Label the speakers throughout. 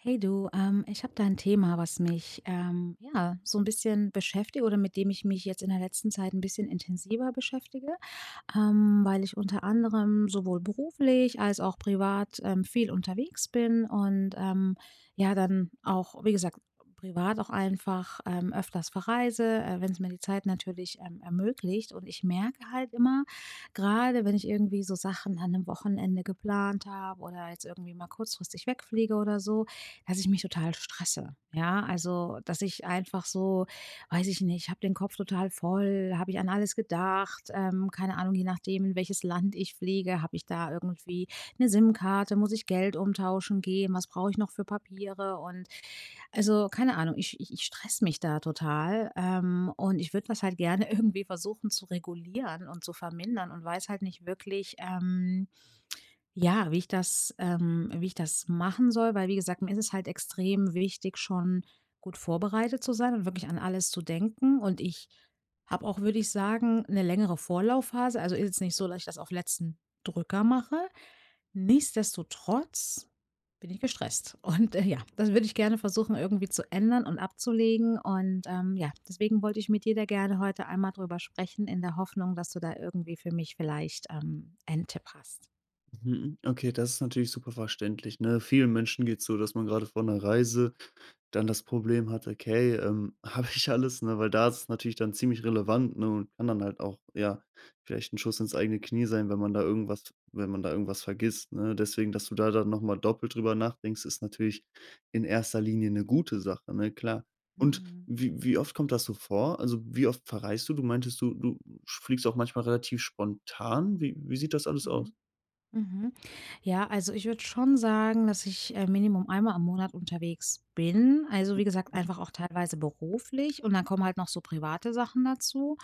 Speaker 1: Hey du, ich habe da ein Thema, was mich ja so ein bisschen beschäftigt, oder mit dem ich mich jetzt in der letzten Zeit ein bisschen intensiver beschäftige, weil ich unter anderem sowohl beruflich als auch privat viel unterwegs bin, und ja, dann auch, wie gesagt, privat auch einfach öfters verreise, wenn es mir die Zeit natürlich ermöglicht. Und ich merke halt immer, gerade wenn ich irgendwie so Sachen an einem Wochenende geplant habe oder jetzt irgendwie mal kurzfristig wegfliege oder so, dass ich mich total stresse. Ja, also, dass ich einfach so, weiß ich nicht, habe den Kopf total voll, habe ich an alles gedacht, keine Ahnung, je nachdem, in welches Land ich fliege, habe ich da irgendwie eine SIM-Karte, muss ich Geld umtauschen gehen, was brauche ich noch für Papiere und, also, keine Ahnung, ich stress mich da total, und ich würde das halt gerne irgendwie versuchen zu regulieren und zu vermindern, und weiß halt nicht wirklich, ja, wie ich das machen soll, weil, wie gesagt, mir ist es halt extrem wichtig, schon gut vorbereitet zu sein und wirklich an alles zu denken. Und ich habe auch, würde ich sagen, eine längere Vorlaufphase. Also, ist jetzt nicht so, dass ich das auf letzten Drücker mache. Nichtsdestotrotz bin ich gestresst. Und, ja, das würde ich gerne versuchen, irgendwie zu ändern und abzulegen. Und, ja, deswegen wollte ich mit dir da gerne heute einmal drüber sprechen, in der Hoffnung, dass du da irgendwie für mich vielleicht einen Tipp hast.
Speaker 2: Mhm. Okay, das ist natürlich super verständlich, ne? Vielen Menschen geht's so, dass man gerade vor einer Reise dann das Problem hat: „Okay, habe ich alles?“, ne? Weil da ist es natürlich dann ziemlich relevant, ne, und kann dann halt auch, ja, vielleicht ein Schuss ins eigene Knie sein, wenn man da irgendwas vergisst, ne? Deswegen, dass du da dann noch mal doppelt drüber nachdenkst, ist natürlich in erster Linie eine gute Sache, ne, klar. Und
Speaker 1: Mhm.
Speaker 2: wie oft kommt das so vor? Also, wie oft verreist du? Du meintest, du fliegst auch manchmal relativ spontan. Wie sieht das alles aus?
Speaker 1: Mhm. Mhm. Ja, also ich würde schon sagen, dass ich Minimum einmal am Monat unterwegs bin. Also, wie gesagt, einfach auch teilweise beruflich, und dann kommen halt noch so private Sachen dazu.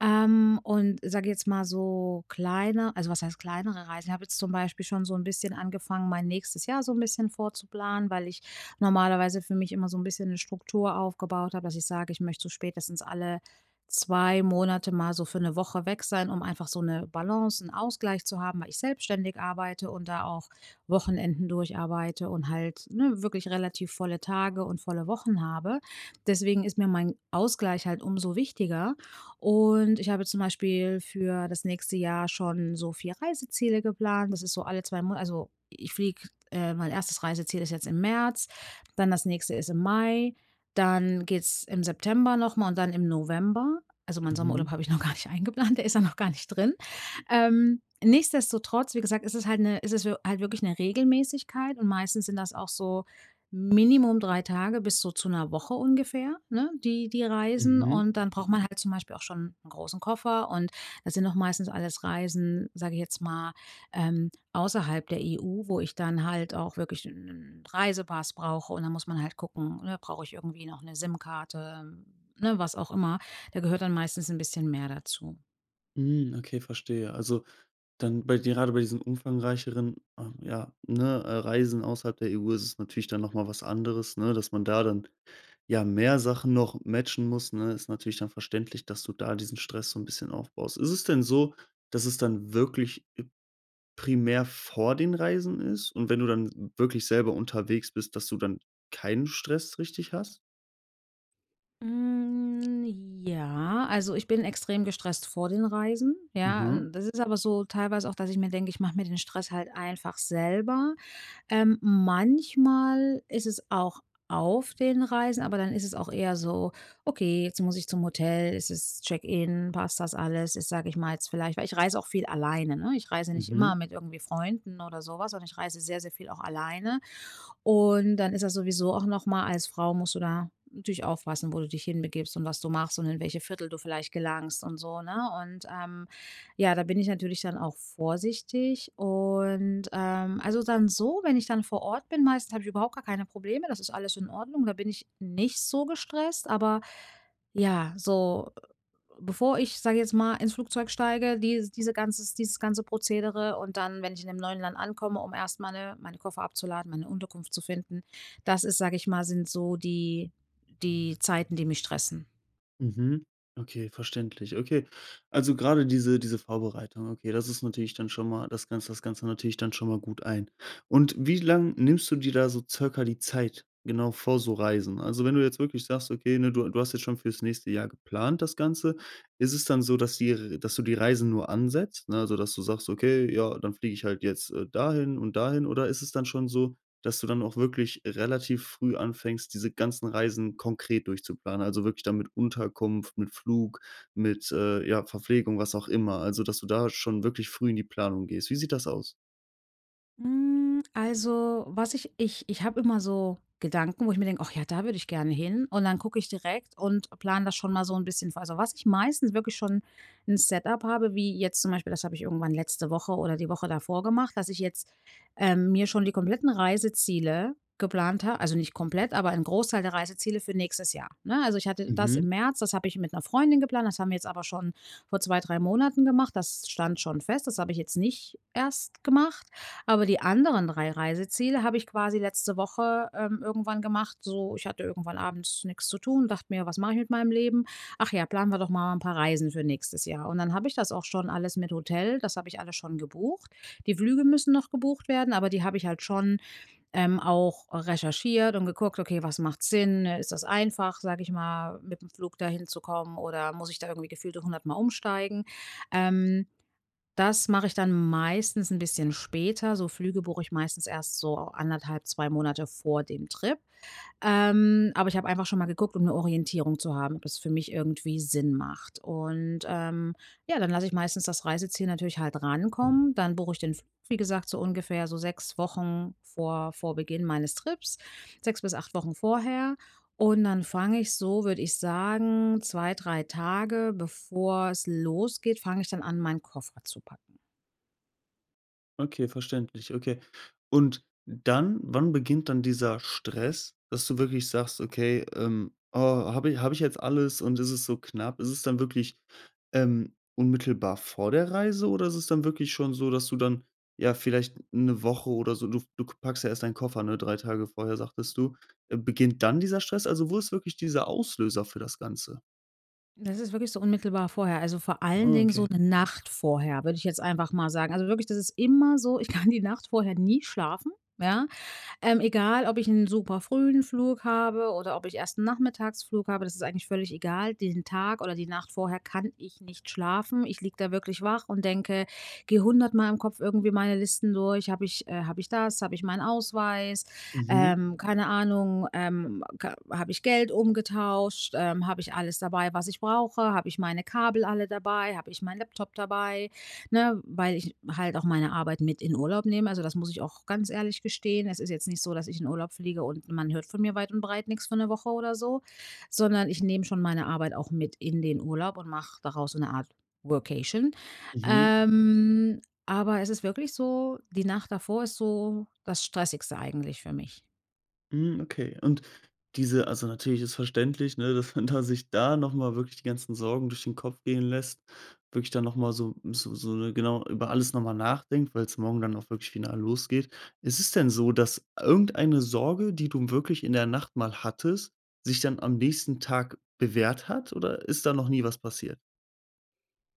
Speaker 1: Und sage jetzt mal, so kleine, also was heißt kleinere Reisen? Ich habe jetzt zum Beispiel schon so ein bisschen angefangen, mein nächstes Jahr so ein bisschen vorzuplanen, weil ich normalerweise für mich immer so ein bisschen eine Struktur aufgebaut habe, dass ich sage, ich möchte so spätestens alle 2 Monate mal so für eine Woche weg sein, um einfach so eine Balance, einen Ausgleich zu haben, weil ich selbstständig arbeite und da auch Wochenenden durcharbeite und halt, ne, wirklich relativ volle Tage und volle Wochen habe. Deswegen ist mir mein Ausgleich halt umso wichtiger. Und ich habe zum Beispiel für das nächste Jahr schon so 4 Reiseziele geplant. Das ist so alle 2 Monate, also, ich fliege, mein erstes Reiseziel ist jetzt im März, dann das nächste ist im Mai, dann geht's im September noch mal und dann im November. Also, meinen
Speaker 2: Mhm.
Speaker 1: Sommerurlaub habe ich noch gar nicht eingeplant, der ist ja noch gar nicht drin. Nichtsdestotrotz, wie gesagt, ist es wir halt wirklich eine Regelmäßigkeit, und meistens sind das auch so Minimum 3 Tage bis so zu einer Woche ungefähr, ne, die Reisen.
Speaker 2: Mhm.
Speaker 1: Und dann braucht man halt zum Beispiel auch schon einen großen Koffer, und das sind auch meistens alles Reisen, sage ich jetzt mal, außerhalb der EU, wo ich dann halt auch wirklich einen Reisepass brauche, und dann muss man halt gucken, ne, brauche ich irgendwie noch eine SIM-Karte, ne, was auch immer. Da gehört dann meistens ein bisschen mehr dazu.
Speaker 2: Hm, okay, verstehe. Also, dann bei gerade bei diesen umfangreicheren, ja, ne, Reisen außerhalb der EU ist es natürlich dann noch mal was anderes, ne, dass man da dann, ja, mehr Sachen noch matchen muss, ne, ist natürlich dann verständlich, dass du da diesen Stress so ein bisschen aufbaust. Ist es denn so, dass es dann wirklich primär vor den Reisen ist und wenn du dann wirklich selber unterwegs bist, dass du dann keinen Stress richtig hast?
Speaker 1: Hm, ja, also ich bin extrem gestresst vor den Reisen, ja.
Speaker 2: Mhm.
Speaker 1: Und das ist aber so teilweise auch, dass ich mir denke, ich mache mir den Stress halt einfach selber. Manchmal ist es auch auf den Reisen, aber dann ist es auch eher so: „Okay, jetzt muss ich zum Hotel, es ist Check-in, passt das alles?" Ist, sage ich mal jetzt vielleicht, weil ich reise auch viel alleine, ne? Ich reise nicht immer
Speaker 2: Mhm.
Speaker 1: mit irgendwie Freunden oder sowas, was, sondern ich reise sehr, sehr viel auch alleine. Und dann ist das sowieso auch noch mal, als Frau musst du da natürlich aufpassen, wo du dich hinbegibst und was du machst und in welche Viertel du vielleicht gelangst und so, ne? Und, ja, da bin ich natürlich dann auch vorsichtig, und, also dann so, wenn ich dann vor Ort bin, meistens habe ich überhaupt gar keine Probleme, das ist alles in Ordnung, da bin ich nicht so gestresst, aber ja, so bevor ich, sage ich jetzt mal, ins Flugzeug steige, dieses ganze Prozedere, und dann, wenn ich in dem neuen Land ankomme, um erst meine Koffer abzuladen, meine Unterkunft zu finden. Das ist, sage ich mal, sind so die Zeiten, die mich stressen.
Speaker 2: Mhm. Okay, verständlich. Okay. Also gerade diese Vorbereitung, okay, das ist natürlich dann schon mal das Ganze natürlich dann schon mal gut ein. Und wie lang nimmst du dir da so circa die Zeit, genau vor so Reisen? Also, wenn du jetzt wirklich sagst, okay, ne, du hast jetzt schon fürs nächste Jahr geplant das Ganze, ist es dann so, dass du die Reisen nur ansetzt, ne? Also, dass du sagst: „Okay, ja, dann fliege ich halt jetzt, dahin und dahin.“ Oder ist es dann schon so, dass du dann auch wirklich relativ früh anfängst, diese ganzen Reisen konkret durchzuplanen. Also wirklich dann mit Unterkunft, mit Flug, mit, ja, Verpflegung, was auch immer. Also, dass du da schon wirklich früh in die Planung gehst. Wie sieht das aus?
Speaker 1: Also, was ich, ich habe immer so Gedanken, wo ich mir denke: „Ach ja, da würde ich gerne hin." Und dann gucke ich direkt und plane das schon mal so ein bisschen vor. Also, was ich meistens wirklich schon ein Setup habe, wie jetzt zum Beispiel, das habe ich irgendwann letzte Woche oder die Woche davor gemacht, dass ich jetzt, mir schon die kompletten Reiseziele geplant habe. Also, nicht komplett, aber ein Großteil der Reiseziele für nächstes Jahr, ne? Also, ich hatte das im
Speaker 2: Mhm.
Speaker 1: März, das habe ich mit einer Freundin geplant, das haben wir jetzt aber schon vor 2, 3 Monaten gemacht. Das stand schon fest, das habe ich jetzt nicht erst gemacht. Aber die anderen 3 Reiseziele habe ich quasi letzte Woche, irgendwann gemacht. So, ich hatte irgendwann abends nichts zu tun, dachte mir: „Was mache ich mit meinem Leben? Ach ja, planen wir doch mal ein paar Reisen für nächstes Jahr." Und dann habe ich das auch schon alles mit Hotel, das habe ich alles schon gebucht. Die Flüge müssen noch gebucht werden, aber die habe ich halt schon, auch recherchiert und geguckt: „Okay, was macht Sinn? Ist das einfach, sage ich mal, mit dem Flug dahin zu kommen, oder muss ich da irgendwie gefühlte 100 Mal umsteigen?" Ähm. Das mache ich dann meistens ein bisschen später. So Flüge buche ich meistens erst so anderthalb, 2 Monate vor dem Trip. Aber ich habe einfach schon mal geguckt, um eine Orientierung zu haben, ob das für mich irgendwie Sinn macht. Und, ja, dann lasse ich meistens das Reiseziel natürlich halt rankommen. Dann buche ich den Flug, wie gesagt, so ungefähr so 6 Wochen vor Beginn meines Trips, 6 bis 8 Wochen vorher. Und dann fange ich so, würde ich sagen, 2, 3 Tage bevor es losgeht, fange ich dann an, meinen Koffer zu packen.
Speaker 2: Okay, verständlich, okay. Und dann wann beginnt dann dieser Stress, dass du wirklich sagst: „Okay, oh, habe ich jetzt alles und es so knapp?“ Ist es dann wirklich, unmittelbar vor der Reise oder ist es dann wirklich schon so, dass du dann, ja, vielleicht eine Woche oder so du packst ja erst deinen Koffer, ne, 3 Tage vorher, sagtest du. Beginnt dann dieser Stress? Also, wo ist wirklich dieser Auslöser für das Ganze?
Speaker 1: Das ist wirklich so unmittelbar vorher. Also, vor allen
Speaker 2: Ah,
Speaker 1: Dingen so
Speaker 2: okay.
Speaker 1: eine Nacht vorher, würde ich jetzt einfach mal sagen. Also, wirklich, das ist immer so, ich kann die Nacht vorher nie schlafen, ja? Egal, ob ich einen super frühen Flug habe oder ob ich erst einen Nachmittagsflug habe, das ist eigentlich völlig egal. Den Tag oder die Nacht vorher kann ich nicht schlafen. Ich liege da wirklich wach und denke, gehe 100-mal im Kopf irgendwie meine Listen durch. Habe ich, habe ich das? Habe ich meinen Ausweis?
Speaker 2: Mhm,
Speaker 1: Keine Ahnung, habe ich Geld umgetauscht? Habe ich alles dabei, was ich brauche? Habe ich meine Kabel alle dabei? Habe ich meinen Laptop dabei? Ne, weil ich halt auch meine Arbeit mit in Urlaub nehme. Also, das muss ich auch ganz ehrlich gestehen. Es ist jetzt nicht so, dass ich in Urlaub fliege und man hört von mir weit und breit nichts für 'ne Woche oder so, sondern ich nehme schon meine Arbeit auch mit in den Urlaub und mache daraus so 'ne Art Workation.
Speaker 2: mhm.
Speaker 1: Ähm, aber es ist wirklich so, die Nacht davor ist so das Stressigste eigentlich für mich.
Speaker 2: Hm, okay. Und diese also, natürlich ist verständlich, ne, dass man da sich da noch mal wirklich die ganzen Sorgen durch den Kopf gehen lässt, wirklich dann noch mal so 'ne genau, über alles noch mal nachdenkt, weil es morgen dann auch wirklich final losgeht. Ist es denn so, dass irgendeine Sorge, die du wirklich in der Nacht mal hattest, sich dann am nächsten Tag bewährt hat, oder ist da noch nie was passiert?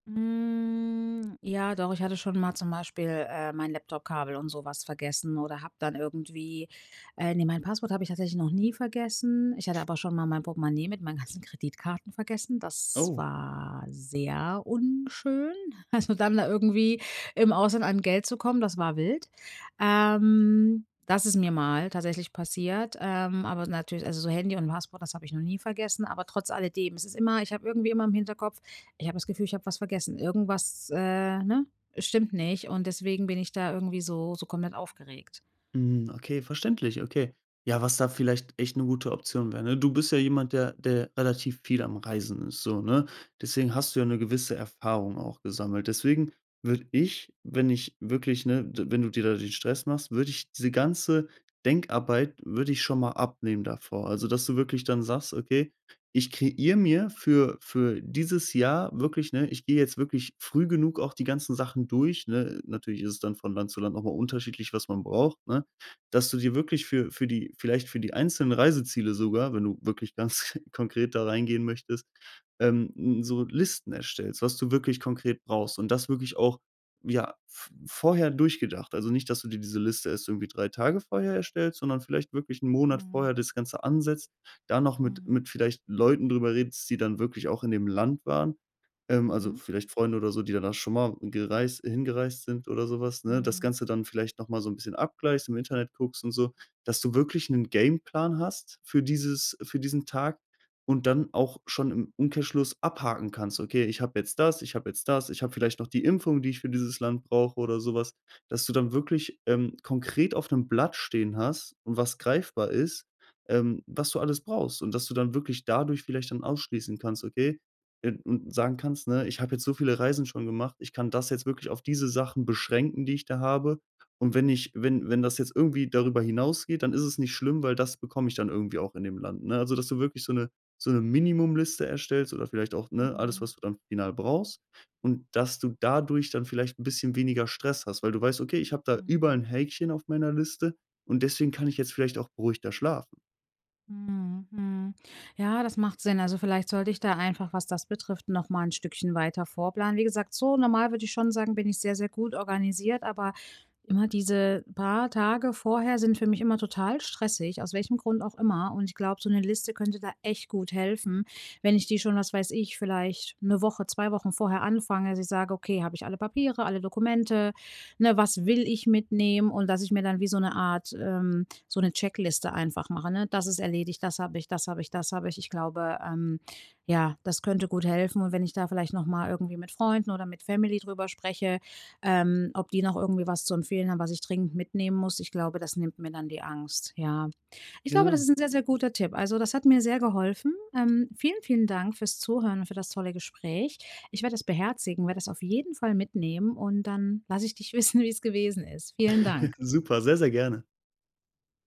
Speaker 1: Hm, ja, doch, ich hatte schon mal zum Beispiel, mein Laptopkabel und sowas vergessen, oder habe dann irgendwie, ne, mein Passwort habe ich tatsächlich noch nie vergessen. Ich hatte aber schon mal mein Portemonnaie mit meinen ganzen Kreditkarten vergessen. Das
Speaker 2: Oh.
Speaker 1: war sehr unschön. Also, dann da irgendwie im Ausland an Geld zu kommen, das war wild. Das ist mir mal tatsächlich passiert, aber natürlich, also, so Handy und Passport, das habe ich noch nie vergessen, aber trotz alledem, es ist immer, ich habe irgendwie immer im Hinterkopf, ich habe das Gefühl, ich habe was vergessen. Irgendwas, ne, stimmt nicht, und deswegen bin ich da irgendwie so komplett aufgeregt.
Speaker 2: Mhm, okay, verständlich, okay. Ja, was da vielleicht echt eine gute Option wäre, ne? Du bist ja jemand, der relativ viel am Reisen ist so, ne? Deswegen hast du ja eine gewisse Erfahrung auch gesammelt. Deswegen würde ich, wenn ich wirklich, ne d wenn du dir da den Stress machst, würde ich diese ganze Denkarbeit würde ich schon mal abnehmen davor. Also, dass du wirklich dann sagst: „Okay, ich kreiere mir für dieses Jahr wirklich, ich gehe jetzt wirklich früh genug auch die ganzen Sachen durch“, ne? Natürlich ist es dann von Land zu Land noch mal unterschiedlich, was man braucht, ne? Dass du dir wirklich für die vielleicht für die einzelnen Reiseziele sogar, wenn du wirklich ganz konkret da reingehen möchtest, n so Listen erstellst, was du wirklich konkret brauchst und das wirklich auch, ja, v vorher durchgedacht. Also nicht, dass du dir diese Liste erst irgendwie 3 Tage vorher erstellst, sondern vielleicht wirklich einen Monat
Speaker 1: Mhm.
Speaker 2: vorher das Ganze ansetzt, da noch mit
Speaker 1: Mhm.
Speaker 2: mit vielleicht Leuten drüber redest, die dann wirklich auch in dem Land waren, also
Speaker 1: Mhm.
Speaker 2: vielleicht Freunde oder so, die danach schon mal gereist hingereist sind oder sowas, ne? Das
Speaker 1: Mhm.
Speaker 2: Ganze dann vielleicht noch mal so ein bisschen abgleichst, im Internet guckst und so, dass du wirklich einen Gameplan hast für diesen Tag und dann auch schon im Umkehrschluss abhaken kannst: „Okay, ich habe jetzt das, ich habe jetzt das, ich habe vielleicht noch die Impfung, die ich für dieses Land brauche“ oder sowas. Dass du dann wirklich, konkret auf 'nem Blatt stehen hast und was greifbar ist, was du alles brauchst und dass du dann wirklich dadurch vielleicht dann ausschließen kannst: „Okay, Und sagen kannst, ne: „Ich habe jetzt so viele Reisen schon gemacht, ich kann das jetzt wirklich auf diese Sachen beschränken, die ich da habe. Und wenn ich wenn wenn das jetzt irgendwie darüber hinausgeht, dann ist es nicht schlimm, weil das bekomme ich dann irgendwie auch in dem Land“, ne? Also, dass du wirklich so eine Minimumliste erstellst oder vielleicht auch, ne, alles,
Speaker 1: Mhm.
Speaker 2: was du dann final brauchst und dass du dadurch dann vielleicht ein bisschen weniger Stress hast, weil du weißt: „Okay, ich habe da überall
Speaker 1: Mhm.
Speaker 2: ein Häkchen auf meiner Liste und deswegen kann ich jetzt vielleicht auch beruhigter schlafen.“
Speaker 1: Mhm. Mhm. Ja, das macht Sinn. Also, vielleicht sollte ich da einfach, was das betrifft, noch mal ein Stückchen weiter vorplanen. Wie gesagt, so normal würde ich schon sagen, bin ich sehr, sehr gut organisiert, aber immer diese paar Tage vorher sind für mich immer total stressig, aus welchem Grund auch immer. Und ich glaube, so eine Liste könnte da echt gut helfen, wenn ich die schon, was weiß ich, vielleicht eine Woche, 2 Wochen vorher anfange, dass ich sage: „Okay, habe ich alle Papiere, alle Dokumente, ne, was will ich mitnehmen?" Und dass ich mir dann wie so eine Art, so eine Checkliste einfach mache, ne? „Das ist erledigt, das habe ich, das habe ich, das habe ich." Ich glaube, ja, das könnte gut helfen. Und wenn ich da vielleicht noch mal irgendwie mit Freunden oder mit Family drüber spreche, ob die noch irgendwie was zu empfehlen haben, was ich dringend mitnehmen muss, ich glaube, das nimmt mir dann die Angst, ja. Ich glaube, das
Speaker 2: Genau.
Speaker 1: ist ein sehr, sehr guter Tipp. Also, das hat mir sehr geholfen. Vielen, vielen Dank fürs Zuhören und für das tolle Gespräch. Ich werde das beherzigen, werde das auf jeden Fall mitnehmen, und dann lasse ich dich wissen, wie es gewesen ist. Vielen Dank.
Speaker 2: Super, sehr, sehr gerne.